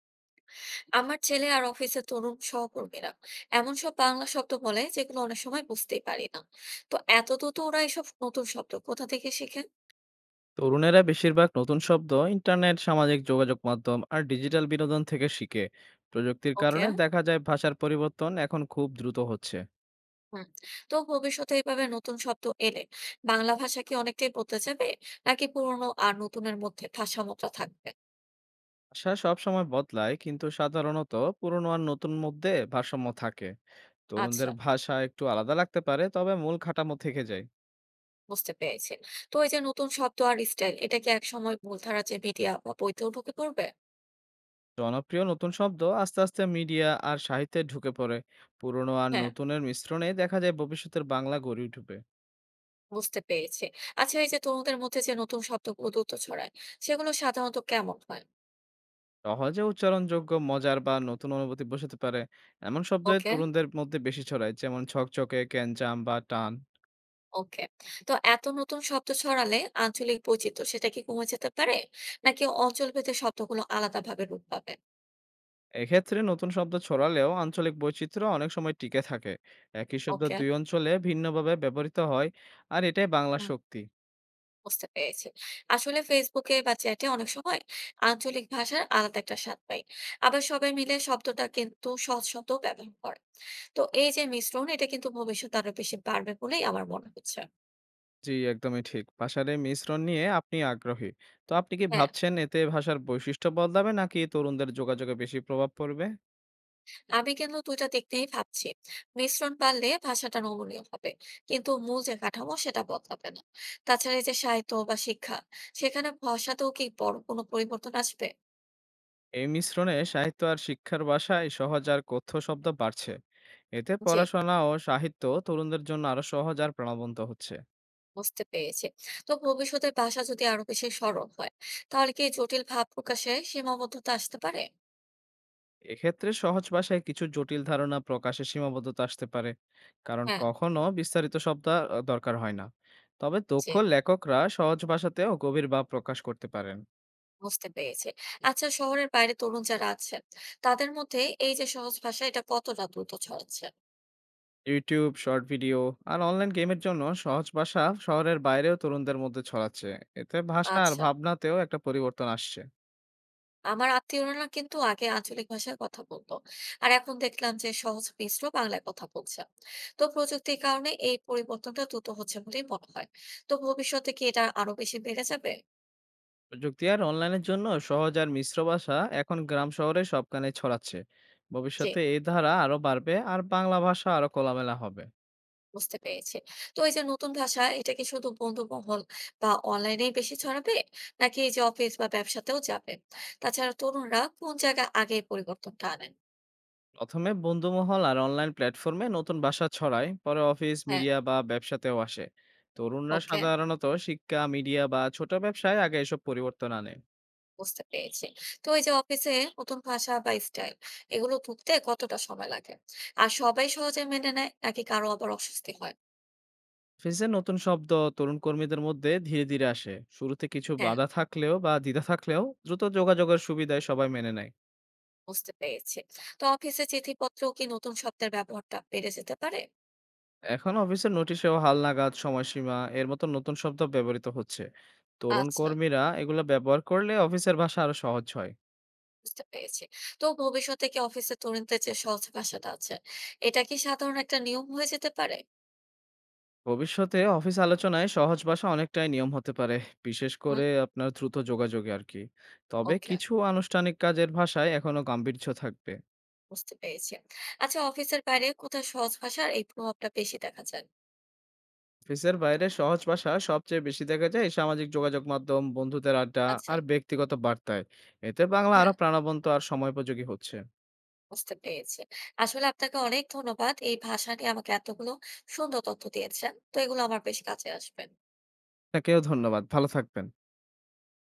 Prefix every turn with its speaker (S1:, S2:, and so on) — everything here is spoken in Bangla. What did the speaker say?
S1: আমার ছেলে আর অফিসের তরুণ সহকর্মীরা এমন সব বাংলা শব্দ বলে যেগুলো অনেক সময় বুঝতেই পারি না। তো এত দ্রুত ওরা এসব নতুন শব্দ কোথা থেকে শেখে?
S2: তরুণেরা বেশিরভাগ নতুন শব্দ ইন্টারনেট, সামাজিক যোগাযোগ মাধ্যম আর ডিজিটাল বিনোদন থেকে শিখে। প্রযুক্তির
S1: ওকে,
S2: কারণে
S1: হ্যাঁ।
S2: দেখা যায় ভাষার পরিবর্তন এখন খুব দ্রুত হচ্ছে।
S1: হুম। তো ভবিষ্যতে এইভাবে নতুন শব্দ এলে বাংলা ভাষা কি অনেকটাই বদলে যাবে, নাকি পুরনো আর নতুনের মধ্যে ভারসাম্যটা থাকবে?
S2: ভাষা সবসময় বদলায়, কিন্তু সাধারণত পুরনো আর নতুন মধ্যে ভারসাম্য থাকে। তরুণদের
S1: আচ্ছা,
S2: ভাষা একটু আলাদা লাগতে পারে, তবে মূল কাঠামো থেকে যায়।
S1: বুঝতে পেরেছি। তো এই যে নতুন শব্দ আর স্টাইল, এটা কি একসময় মূলধারা যে মিডিয়া বা বইতেও ঢুকে পড়বে?
S2: জনপ্রিয় নতুন শব্দ আস্তে আস্তে মিডিয়া আর সাহিত্যে ঢুকে পড়ে। পুরনো আর
S1: হ্যাঁ,
S2: নতুনের মিশ্রণে দেখা যায় ভবিষ্যতের বাংলা গড়ে উঠবে।
S1: বুঝতে পেরেছি। আচ্ছা, এই যে তরুণদের মধ্যে যে নতুন শব্দগুলো দ্রুত ছড়ায়, সেগুলো সাধারণত কেমন হয়?
S2: সহজে উচ্চারণযোগ্য, মজার বা নতুন অনুভূতি বোঝাতে পারে। এমন শব্দই
S1: ওকে,
S2: তরুণদের মধ্যে বেশি ছড়ায়, যেমন ঝকঝকে, ক্যানচাম বা টান।
S1: ওকে। তো এত নতুন শব্দ ছড়ালে আঞ্চলিক বৈচিত্র্য সেটা কি কমে যেতে পারে? নাকি অঞ্চলভেদে শব্দগুলো আলাদাভাবে রূপ পাবে?
S2: এক্ষেত্রে নতুন শব্দ ছড়ালেও আঞ্চলিক বৈচিত্র্য অনেক সময় টিকে থাকে। একই শব্দ
S1: ওকে,
S2: দুই অঞ্চলে ভিন্নভাবে ব্যবহৃত হয়, আর এটাই বাংলা
S1: হুম,
S2: শক্তি।
S1: বুঝতে পেরেছি। আসলে ফেসবুকে বা চ্যাটে অনেক সময় আঞ্চলিক ভাষার আলাদা একটা স্বাদ পাই। আবার সবাই মিলে শব্দটা কিন্তু সহজ শব্দও ব্যবহার করে। তো এই যে মিশ্রণ, এটা কিন্তু ভবিষ্যতে আরো বেশি বাড়বে বলেই আমার মনে হচ্ছে।
S2: জি, একদমই ঠিক। ভাষার এই মিশ্রণ নিয়ে আপনি আগ্রহী। তো আপনি কি
S1: হ্যাঁ।
S2: ভাবছেন, এতে ভাষার বৈশিষ্ট্য বদলাবে নাকি তরুণদের যোগাযোগে বেশি প্রভাব পড়বে?
S1: আমি কিন্তু ২ টা দিক নিয়েই ভাবছি। মিশ্রণ বাড়লে ভাষাটা নমনীয় হবে। কিন্তু মূল যে কাঠামো সেটা বদলাবে না। তাছাড়া এই যে সাহিত্য বা শিক্ষা, সেখানে ভাষাতেও কি বড় কোনো পরিবর্তন আসবে?
S2: এই মিশ্রণে সাহিত্য আর শিক্ষার ভাষায় সহজ আর কথ্য শব্দ বাড়ছে। এতে
S1: জি,
S2: পড়াশোনা ও সাহিত্য তরুণদের জন্য আরো সহজ আর প্রাণবন্ত হচ্ছে।
S1: বুঝতে পেরেছি। তো ভবিষ্যতে ভাষা যদি আরো বেশি সরল হয়, তাহলে কি জটিল ভাব প্রকাশে সীমাবদ্ধতা আসতে পারে?
S2: এক্ষেত্রে সহজ ভাষায় কিছু জটিল ধারণা প্রকাশে সীমাবদ্ধতা আসতে পারে, কারণ
S1: হ্যাঁ,
S2: কখনো বিস্তারিত শব্দ দরকার হয় না। তবে দক্ষ
S1: জি,
S2: লেখকরা সহজ ভাষাতেও গভীর ভাব প্রকাশ করতে পারেন।
S1: বুঝতে পেরেছি। আচ্ছা, শহরের বাইরে তরুণ যারা আছেন, তাদের মধ্যে এই যে সহজ ভাষা, এটা কতটা দ্রুত ছড়াচ্ছে?
S2: ইউটিউব শর্ট ভিডিও আর অনলাইন গেমের জন্য সহজ ভাষা শহরের বাইরেও তরুণদের মধ্যে ছড়াচ্ছে। এতে ভাষা আর
S1: আচ্ছা।
S2: ভাবনাতেও একটা পরিবর্তন আসছে।
S1: আমার আত্মীয়রা না কিন্তু আগে আঞ্চলিক ভাষায় কথা বলতো, আর এখন দেখলাম যে সহজ মিশ্র বাংলায় কথা বলছে। তো প্রযুক্তির কারণে এই পরিবর্তনটা দ্রুত হচ্ছে বলেই মনে হয়। তো ভবিষ্যতে কি এটা আরো বেশি বেড়ে যাবে?
S2: প্রযুক্তি আর অনলাইনের জন্য সহজ আর মিশ্র ভাষা এখন গ্রাম শহরে সবখানে ছড়াচ্ছে।
S1: যে,
S2: ভবিষ্যতে এই ধারা আরো বাড়বে আর বাংলা ভাষা আরো খোলামেলা হবে।
S1: বুঝতে পেরেছি। তো এই যে নতুন ভাষা, এটা কি শুধু বন্ধু মহল বা অনলাইনেই বেশি ছড়াবে, নাকি এই যে অফিস বা ব্যবসাতেও যাবে? তাছাড়া তরুণরা কোন জায়গায় আগে এই পরিবর্তনটা আনেন?
S2: প্রথমে বন্ধুমহল আর অনলাইন প্ল্যাটফর্মে নতুন ভাষা ছড়ায়, পরে অফিস,
S1: হ্যাঁ,
S2: মিডিয়া বা ব্যবসাতেও আসে। তরুণরা
S1: ওকে,
S2: সাধারণত শিক্ষা, মিডিয়া বা ছোট ব্যবসায় আগে এসব পরিবর্তন আনে।
S1: বুঝতে পেরেছি। তো এই যে অফিসে নতুন ভাষা বা স্টাইল, এগুলো ঢুকতে কতটা সময় লাগে? আর সবাই সহজে মেনে নেয় নাকি কারো আবার অস্বস্তি হয়?
S2: অফিসে নতুন শব্দ তরুণ কর্মীদের মধ্যে ধীরে ধীরে আসে। শুরুতে কিছু
S1: হ্যাঁ,
S2: বাধা থাকলেও বা দ্বিধা থাকলেও দ্রুত যোগাযোগের সুবিধায় সবাই মেনে নেয়।
S1: বুঝতে পেরেছি। তো অফিসে চিঠিপত্রেও কি নতুন শব্দের ব্যবহারটা বেড়ে যেতে পারে?
S2: এখন অফিসের নোটিশেও হালনাগাদ, সময়সীমা এর মতো নতুন শব্দ ব্যবহৃত হচ্ছে। তরুণ
S1: আচ্ছা,
S2: কর্মীরা এগুলো ব্যবহার করলে অফিসের ভাষা আরো সহজ হয়।
S1: বুঝতে পেরেছি। তো ভবিষ্যতে কি অফিসে তরুণদের যে সহজ ভাষাটা আছে, এটা কি সাধারণ একটা নিয়ম হয়ে যেতে পারে?
S2: ভবিষ্যতে অফিস আলোচনায় সহজ ভাষা অনেকটাই নিয়ম হতে পারে, বিশেষ
S1: হুম,
S2: করে আপনার দ্রুত যোগাযোগে আরকি। তবে
S1: ওকে,
S2: কিছু আনুষ্ঠানিক কাজের ভাষায় এখনো গাম্ভীর্য থাকবে।
S1: বুঝতে পেরেছি। আচ্ছা, অফিসের বাইরে কোথায় সহজ ভাষার এই প্রভাবটা বেশি দেখা যায়?
S2: অফিসের বাইরে সহজ ভাষা সবচেয়ে বেশি দেখা যায় সামাজিক যোগাযোগ মাধ্যম, বন্ধুদের আড্ডা
S1: আচ্ছা,
S2: আর ব্যক্তিগত বার্তায়। এতে বাংলা আরো
S1: হ্যাঁ।
S2: প্রাণবন্ত আর সময়োপযোগী হচ্ছে।
S1: বুঝতে পেরেছি। আসলে আপনাকে অনেক ধন্যবাদ। এই ভাষা নিয়ে আমাকে এতগুলো সুন্দর তথ্য দিয়েছেন। তো এগুলো আমার বেশ কাজে আসবে।
S2: আপনাকেও ধন্যবাদ। ভালো থাকবেন।